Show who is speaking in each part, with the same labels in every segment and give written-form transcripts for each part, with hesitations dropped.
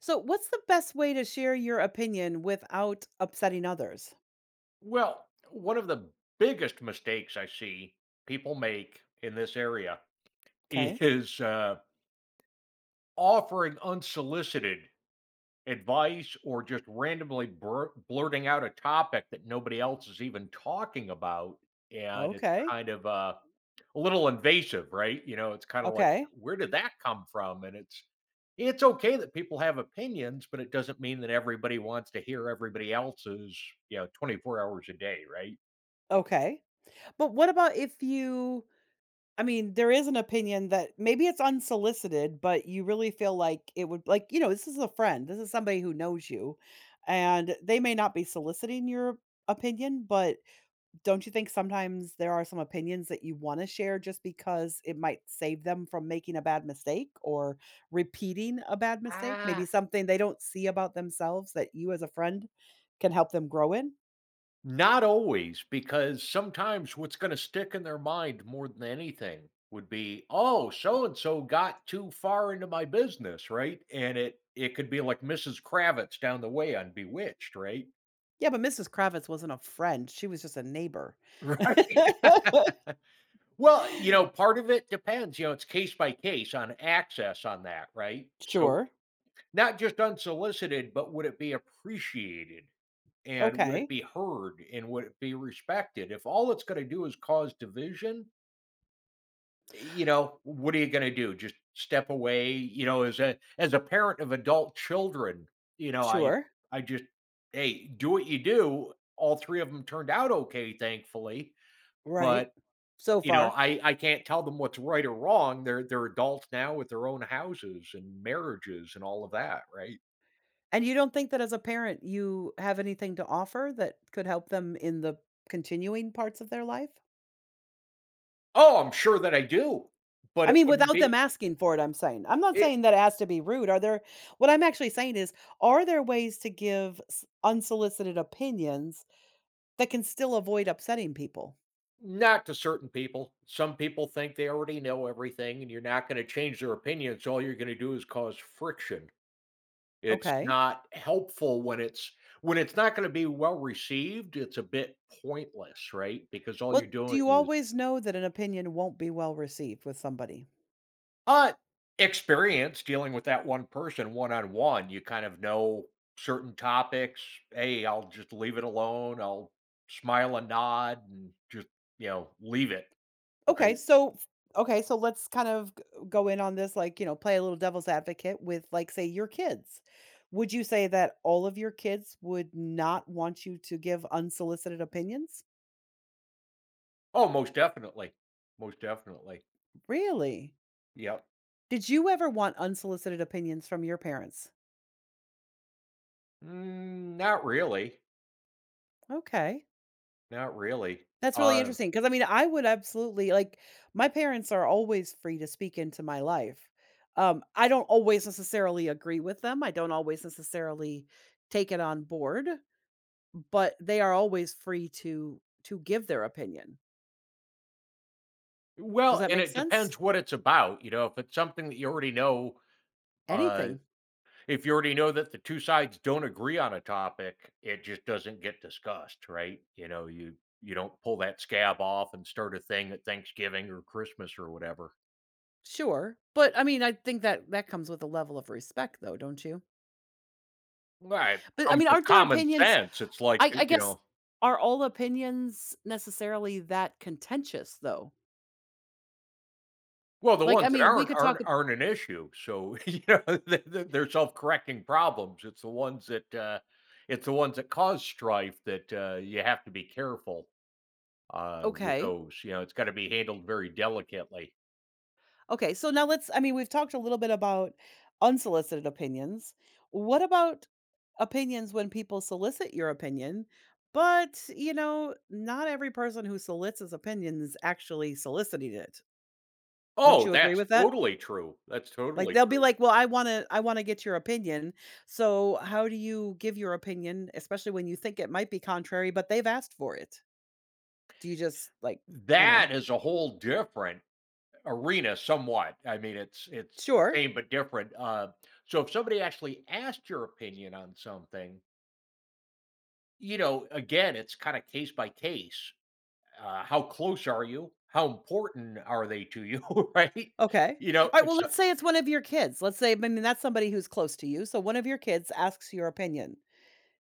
Speaker 1: So, what's the best way to share your opinion without upsetting others?
Speaker 2: Well, one of the biggest mistakes I see people make in this area
Speaker 1: Okay.
Speaker 2: is offering unsolicited advice or just randomly blurting out a topic that nobody else is even talking about. And it's
Speaker 1: Okay.
Speaker 2: kind of a little invasive, right? You know, it's kind of like,
Speaker 1: Okay.
Speaker 2: where did that come from? And it's okay that people have opinions, but it doesn't mean that everybody wants to hear everybody else's 24 hours a day,
Speaker 1: Okay. But what about if you, I mean, there is an opinion that maybe it's unsolicited, but you really feel like it would, like, you know, this is a friend, this is somebody who knows you, and they may not be soliciting your opinion, but don't you think sometimes there are some opinions that you wanna share just because it might save them from making a bad mistake or repeating a bad mistake?
Speaker 2: right?
Speaker 1: Maybe something they don't see about themselves that you as a friend can help them grow in?
Speaker 2: Not always, because sometimes what's going to stick in their mind more than anything would be, "Oh, so and so got too far into my business," right? And it could be like Mrs. Kravitz down the way on Bewitched, right?
Speaker 1: Yeah, but Mrs. Kravitz wasn't a friend, she was just a neighbor.
Speaker 2: Right. Well, you know, part of it depends. You know, it's case by case on access on that, right? So
Speaker 1: Sure.
Speaker 2: not just unsolicited, but would it be appreciated and would it
Speaker 1: Okay.
Speaker 2: be heard and would it be respected? If all it's going to do is cause division, you know, what are you gonna do? Just step away? You know, as a parent of adult children, you know, I
Speaker 1: Sure.
Speaker 2: I just, hey, do what you do. All 3 of them turned out okay, thankfully,
Speaker 1: Right.
Speaker 2: but,
Speaker 1: So
Speaker 2: you know,
Speaker 1: far.
Speaker 2: I can't tell them what's right or wrong. They're adults now with their own houses and marriages and all of that, right?
Speaker 1: And you don't think that as a parent, you have anything to offer that could help them in the continuing parts of their life?
Speaker 2: Oh, I'm sure that I do, but
Speaker 1: I
Speaker 2: it
Speaker 1: mean,
Speaker 2: wouldn't
Speaker 1: without them
Speaker 2: be
Speaker 1: asking for it, I'm saying. I'm not
Speaker 2: it
Speaker 1: saying that it has to be rude. Are there, what I'm actually saying is, are there ways to give s unsolicited opinions that can still avoid upsetting people?
Speaker 2: Not to certain people. Some people think they already know everything, and you're not going to change their opinions. All you're going to do is cause friction. It's
Speaker 1: Okay.
Speaker 2: not helpful when it's not going to be well received. It's a bit pointless, right? Because all you're
Speaker 1: Well, do
Speaker 2: doing
Speaker 1: you
Speaker 2: is
Speaker 1: always know that an opinion won't be well received with somebody?
Speaker 2: uh experience dealing with that one person one on one. You kind of know certain topics. Hey, I'll just leave it alone. I'll smile and nod and just leave it.
Speaker 1: Okay,
Speaker 2: Right?
Speaker 1: so f- okay, so let's kind of go in on this, like, you know, play a little devil's advocate with, like, say your kids. Would you say that all of your kids would not want you to give unsolicited opinions?
Speaker 2: Oh, most definitely. Most definitely.
Speaker 1: Really?
Speaker 2: Yep.
Speaker 1: Did you ever want unsolicited opinions from your parents?
Speaker 2: Mm, not really,
Speaker 1: Okay.
Speaker 2: not really.
Speaker 1: That's really
Speaker 2: Uh,
Speaker 1: interesting because, I mean, I would absolutely, like, my parents are always free to speak into my life. I don't always necessarily agree with them. I don't always necessarily take it on board, but they are always free to give their opinion. Does
Speaker 2: well,
Speaker 1: that
Speaker 2: and
Speaker 1: make
Speaker 2: it
Speaker 1: sense?
Speaker 2: depends what it's about, you know, if it's something that you already know, uh,
Speaker 1: Anything.
Speaker 2: if you already know that the 2 sides don't agree on a topic, it just doesn't get discussed, right? You know, you don't pull that scab off and start a thing at Thanksgiving or Christmas or whatever.
Speaker 1: Sure. But I mean, I think that that comes with a level of respect though, don't you?
Speaker 2: Right.
Speaker 1: But I
Speaker 2: Comes
Speaker 1: mean,
Speaker 2: with
Speaker 1: aren't their
Speaker 2: common
Speaker 1: opinions,
Speaker 2: sense. It's like,
Speaker 1: I
Speaker 2: you
Speaker 1: guess,
Speaker 2: know.
Speaker 1: are all opinions necessarily that contentious though?
Speaker 2: Well, the
Speaker 1: Like, I
Speaker 2: ones that
Speaker 1: mean, we
Speaker 2: aren't
Speaker 1: could talk.
Speaker 2: aren't aren't an issue. So, you know, they they're self-correcting problems. It's the ones that it's the ones that cause strife that, you have to be careful, with
Speaker 1: Okay.
Speaker 2: those. You know, it's gotta be handled very delicately.
Speaker 1: Okay, so now let's, I mean, we've talked a little bit about unsolicited opinions. What about opinions when people solicit your opinion? But, you know, not every person who solicits opinion is actually soliciting it. Wouldn't
Speaker 2: Oh,
Speaker 1: you agree
Speaker 2: that's
Speaker 1: with that?
Speaker 2: totally true. That's
Speaker 1: Like
Speaker 2: totally
Speaker 1: they'll be
Speaker 2: true.
Speaker 1: like, "Well, I want to get your opinion." So, how do you give your opinion, especially when you think it might be contrary but they've asked for it? Do you just like, you know,
Speaker 2: That is a whole different arena somewhat. I mean, it's the
Speaker 1: "Sure."
Speaker 2: same but different. So if somebody actually asked your opinion on something, you know, again, it's kinda case by case. How close are you? How important are they to you? Right?
Speaker 1: Okay.
Speaker 2: You know,
Speaker 1: Alright,
Speaker 2: if
Speaker 1: well,
Speaker 2: so,
Speaker 1: let's say it's one of your kids. Let's say, I mean, that's somebody who's close to you, so one of your kids asks your opinion.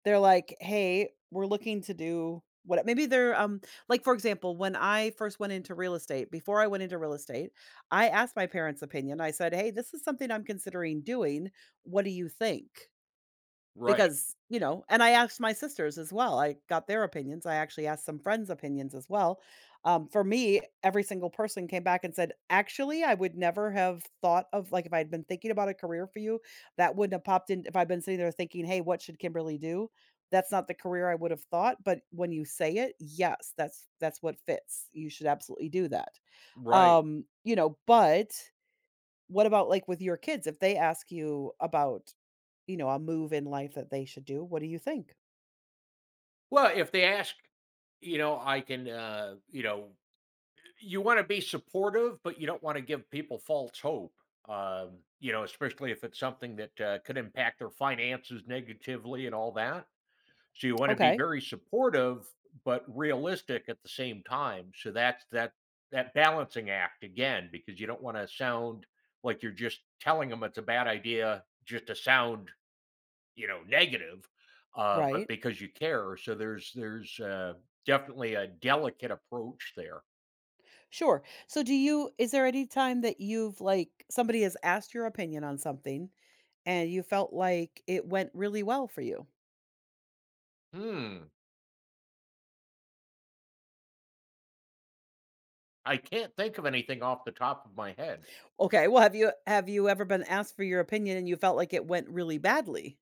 Speaker 1: They're like, "Hey, we're looking to do" what, maybe they're, like, for example, when I first went into real estate, before I went into real estate, I asked my parents' opinion. I said, "Hey, this is something I'm considering doing. What do you think?"
Speaker 2: right,
Speaker 1: Because, you know, and I asked my sisters as well, I got their opinions, I actually asked some friends' opinions as well. For me, every single person came back and said, "Actually, I would never have thought of, like, if I had been thinking about a career for you, that wouldn't have popped in if I'd been sitting there thinking, 'Hey, what should Kimberly do?' That's not the career I would have thought, but when you say it, yes, that's what fits. You should absolutely do that."
Speaker 2: right.
Speaker 1: You know, but what about, like, with your kids? If they ask you about, you know, a move in life that they should do. What do you think?
Speaker 2: Well, if they ask, you know, I can, you know, you want to be supportive, but you don't want to give people false hope. You know, especially if it's something that could impact their finances negatively and all that. So you want to be
Speaker 1: Okay.
Speaker 2: very supportive, but realistic at the same time. So that's that balancing act again, because you don't want to sound like you're just telling them it's a bad idea, just to sound negative, but
Speaker 1: Right.
Speaker 2: because you care. So there's definitely a delicate approach there.
Speaker 1: Sure. So do you, is there any time that you've, like, somebody has asked your opinion on something and you felt like it went really well for you?
Speaker 2: Hmm. I can't think of anything off the top of my head.
Speaker 1: Okay. Well, have you ever been asked for your opinion and you felt like it went really badly?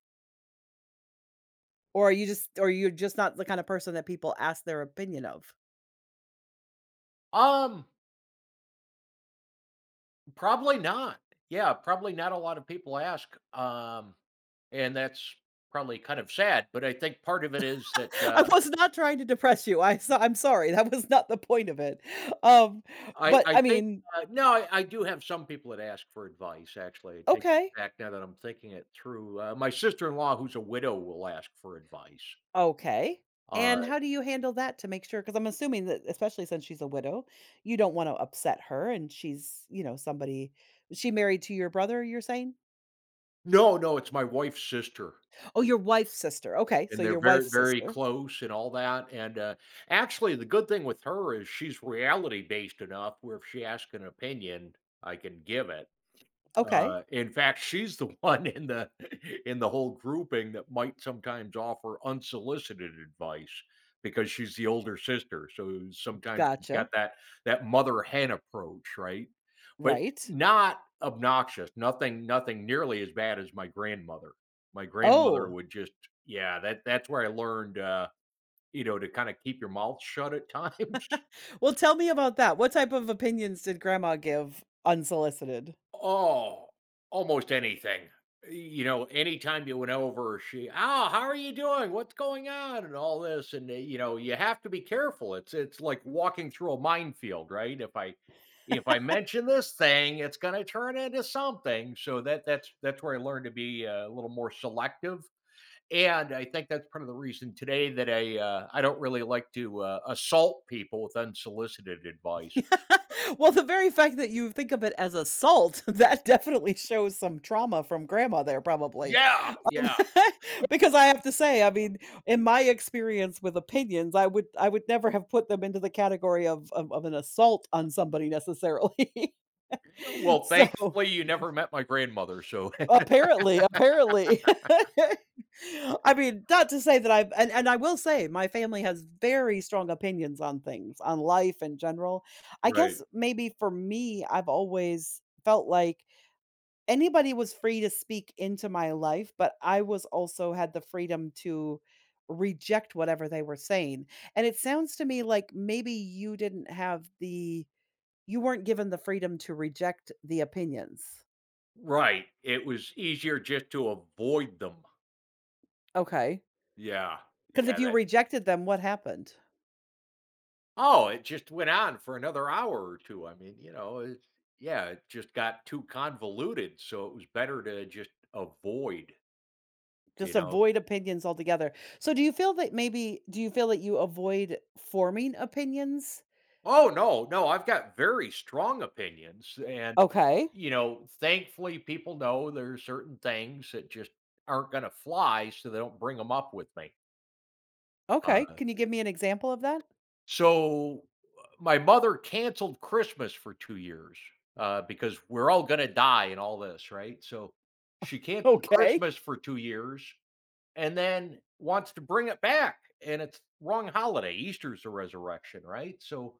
Speaker 1: Or are you just, or you're just not the kind of person that people ask their opinion of?
Speaker 2: Um. Probably not. Yeah, probably not a lot of people ask, and that's probably kind of sad, but I think part of it is that,
Speaker 1: I
Speaker 2: uh,
Speaker 1: was not trying to depress you. I, so, I'm sorry. That was not the point of it. Um
Speaker 2: I
Speaker 1: but
Speaker 2: I
Speaker 1: I
Speaker 2: think,
Speaker 1: mean,
Speaker 2: uh No, I do have some people that ask for advice. Actually, I take
Speaker 1: okay.
Speaker 2: that back now that I'm thinking it through. My sister-in-law, who's a widow, will ask for advice.
Speaker 1: Okay. And
Speaker 2: Uh
Speaker 1: how do you handle that to make sure, because I'm assuming that especially since she's a widow, you don't wanna upset her and she's, you know, somebody, she married to your brother, you're saying?
Speaker 2: no, no, it's my wife's sister,
Speaker 1: Oh, your wife's sister. Okay, so
Speaker 2: and they're
Speaker 1: your
Speaker 2: very,
Speaker 1: wife's
Speaker 2: very
Speaker 1: sister.
Speaker 2: close and all that, and, actually, the good thing with her is she's reality-based enough where if she asks an opinion, I can give it.
Speaker 1: Okay.
Speaker 2: In fact, she's the one in the in the whole grouping that might sometimes offer unsolicited advice because she's the older sister. So sometimes she's got
Speaker 1: Gotcha.
Speaker 2: that mother hen approach, right? But
Speaker 1: Right.
Speaker 2: not obnoxious. Nothing nearly as bad as my grandmother. My grandmother
Speaker 1: Oh.
Speaker 2: would just yeah, that's where I learned you know, to kind of keep your mouth shut at times.
Speaker 1: Well, tell me about that. What type of opinions did grandma give unsolicited?
Speaker 2: Oh, almost anything. You know, anytime you went over, she, "Oh, how are you doing? What's going on?" and all this, and, you know, you have to be careful. It's like walking through a minefield, right? If I mention this thing, it's gonna turn into something. So that's that's where I learned to be a little more selective, and I think that's part of the reason today that I don't really like to, assault people with unsolicited advice.
Speaker 1: Well, the very fact that you think of it as assault, that definitely shows some trauma from grandma there probably.
Speaker 2: Yeah, yeah.
Speaker 1: Because I have to say, I mean, in my experience with opinions, I would never have put them into the category of of an assault on somebody necessarily.
Speaker 2: Well,
Speaker 1: So,
Speaker 2: thankfully, you never met my grandmother, so
Speaker 1: apparently. I mean, not to say that I've, and I will say my family has very strong opinions on things, on life in general. I guess
Speaker 2: Right.
Speaker 1: maybe for me, I've always felt like anybody was free to speak into my life, but I was also had the freedom to reject whatever they were saying, and it sounds to me like maybe you didn't have the, you weren't given the freedom to reject the opinions.
Speaker 2: Right, it was easier just to avoid them.
Speaker 1: Okay.
Speaker 2: Yeah,
Speaker 1: Because
Speaker 2: yeah,
Speaker 1: if you
Speaker 2: that
Speaker 1: rejected them, what happened?
Speaker 2: oh, it just went on for another hour or 2, I mean, you know, it's yeah, it just got too convoluted, so it was better to just avoid, you
Speaker 1: Just
Speaker 2: know?
Speaker 1: avoid opinions altogether. So do you feel that maybe, do you feel that you avoid forming opinions?
Speaker 2: Oh, no, no, I've got very strong opinions, and,
Speaker 1: Okay.
Speaker 2: you know, thankfully, people know there are certain things that just aren't gonna fly, so they don't bring them up with me.
Speaker 1: Okay,
Speaker 2: Uh.
Speaker 1: can you give me an example of that?
Speaker 2: So, my mother canceled Christmas for 2 years, because we're all gonna die and all this, right? So, she canceled
Speaker 1: Okay.
Speaker 2: Christmas for 2 years and then wants to bring it back, and it's wrong holiday. Easter's the resurrection, right? So,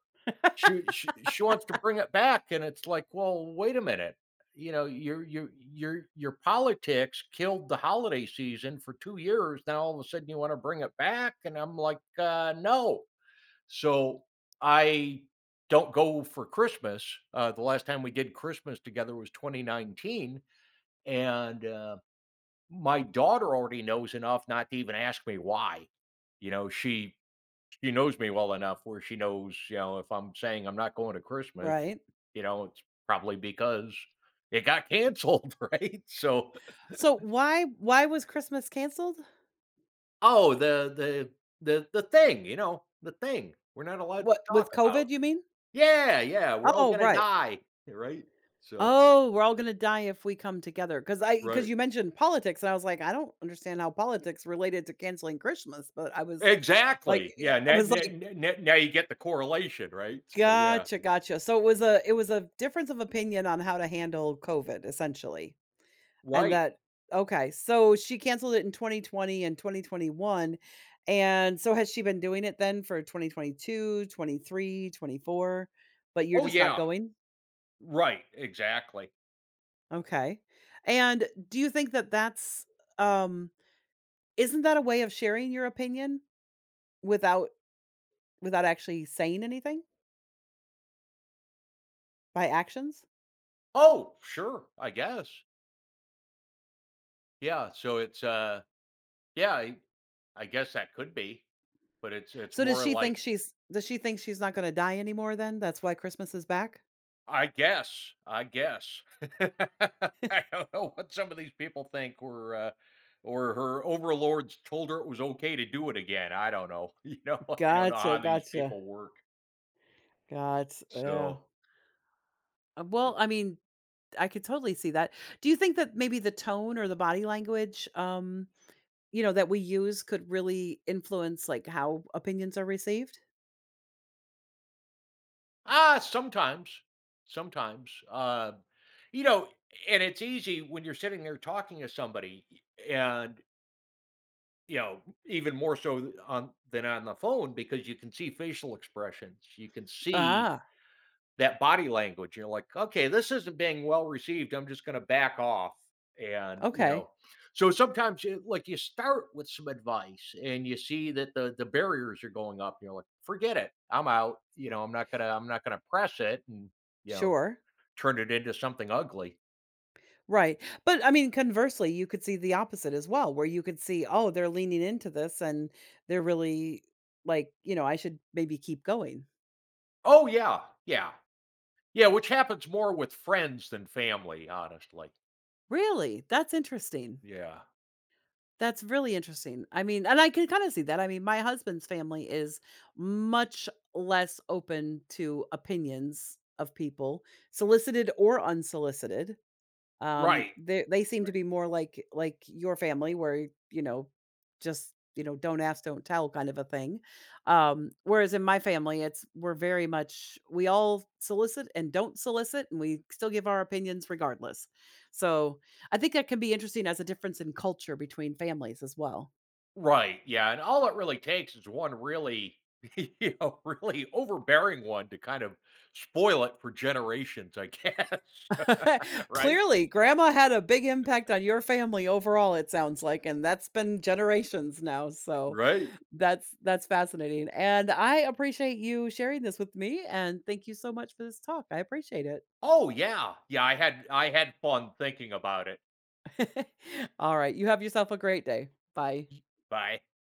Speaker 2: she she wants to bring it back, and it's like, "Well, wait a minute. You know, your your politics killed the holiday season for 2 years. Now all of a sudden you wanna bring it back?" And I'm like, no." So I don't go for Christmas. The last time we did Christmas together was 2019, and my daughter already knows enough not to even ask me why. You know, she knows me well enough where she knows. You know, if I'm saying I'm not going to Christmas,
Speaker 1: Right.
Speaker 2: you know, it's probably because it got canceled, right? So,
Speaker 1: So why was Christmas canceled?
Speaker 2: oh, the thing, you know, the thing. We're not allowed to
Speaker 1: What,
Speaker 2: talk
Speaker 1: with COVID,
Speaker 2: about.
Speaker 1: you mean?
Speaker 2: Yeah, yeah, we're all
Speaker 1: Oh,
Speaker 2: gonna
Speaker 1: right.
Speaker 2: die, right? So
Speaker 1: Oh, we're all gonna die if we come together. Because I, because
Speaker 2: right.
Speaker 1: you mentioned politics, and I was like, I don't understand how politics related to canceling Christmas, but I was like,
Speaker 2: Exactly,
Speaker 1: yeah,
Speaker 2: yeah.
Speaker 1: I was like,
Speaker 2: Now you get the correlation, right? So, yeah.
Speaker 1: gotcha, gotcha. So it was a, it was a difference of opinion on how to handle COVID, essentially. And
Speaker 2: Right.
Speaker 1: that, okay, so she canceled it in 2020 and 2021, and so has she been doing it then for 2022, 23, 24, but you're
Speaker 2: Oh,
Speaker 1: just not
Speaker 2: yeah.
Speaker 1: going?
Speaker 2: Right, exactly.
Speaker 1: Okay. And do you think that that's, um isn't that a way of sharing your opinion without, without actually saying anything, by actions?
Speaker 2: Oh, sure, I guess. Yeah, so it's. Yeah, I guess that could be, but it's
Speaker 1: So does
Speaker 2: more
Speaker 1: she
Speaker 2: like.
Speaker 1: think she's, does she think she's not gonna die anymore then? That's why Christmas is back?
Speaker 2: I guess, I guess. I don't know what some of these people think or her overlords told her it was okay to do it again. I don't know. You know, I don't know
Speaker 1: Gotcha,
Speaker 2: how these
Speaker 1: gotcha,
Speaker 2: people work.
Speaker 1: gotcha, yeah.
Speaker 2: So,
Speaker 1: Well, I mean, I could totally see that. Do you think that maybe the tone or the body language, you know, that we use could really influence like how opinions are received?
Speaker 2: ah, sometimes, you know, and it's easy when you're sitting there talking to somebody, and you know, even more so th- on than on the phone because you can see facial expressions. You can see
Speaker 1: Ah,
Speaker 2: that body language. You're like, "Okay, this isn't being well received, I'm just gonna back off," and, you
Speaker 1: okay.
Speaker 2: know, so sometimes you like, you start with some advice and you see that the barriers are going up. And you're like, "Forget it, I'm out," you know, I'm not gonna press it and," you know,
Speaker 1: Sure.
Speaker 2: "turn it into something ugly."
Speaker 1: Right. But I mean, conversely, you could see the opposite as well, where you could see, oh, they're leaning into this and they're really, like, you know, I should maybe keep going.
Speaker 2: Oh, yeah, yeah. Yeah, which happens more with friends than family, honestly.
Speaker 1: Really? That's interesting.
Speaker 2: Yeah.
Speaker 1: That's really interesting. I mean, and I can kind of see that. I mean, my husband's family is much less open to opinions of people, solicited or unsolicited.
Speaker 2: Right.
Speaker 1: They seem to be more like your family where, you know, just, you know, don't ask, don't tell kind of a thing. Whereas in my family, it's, we're very much, we all solicit and don't solicit and we still give our opinions regardless. So, I think that can be interesting as a difference in culture between families as well.
Speaker 2: Right, yeah, and all it really takes is one really, you know, really overbearing one to kind of spoil it for generations, I guess, right?
Speaker 1: Clearly, grandma had a big impact on your family overall, it sounds like, and that's been generations now. So,
Speaker 2: Right.
Speaker 1: that's fascinating, and I appreciate you sharing this with me, and thank you so much for this talk. I appreciate
Speaker 2: Oh, yeah, yeah, I had fun thinking about it,
Speaker 1: it. All right, you have yourself a great day. Bye.
Speaker 2: y but I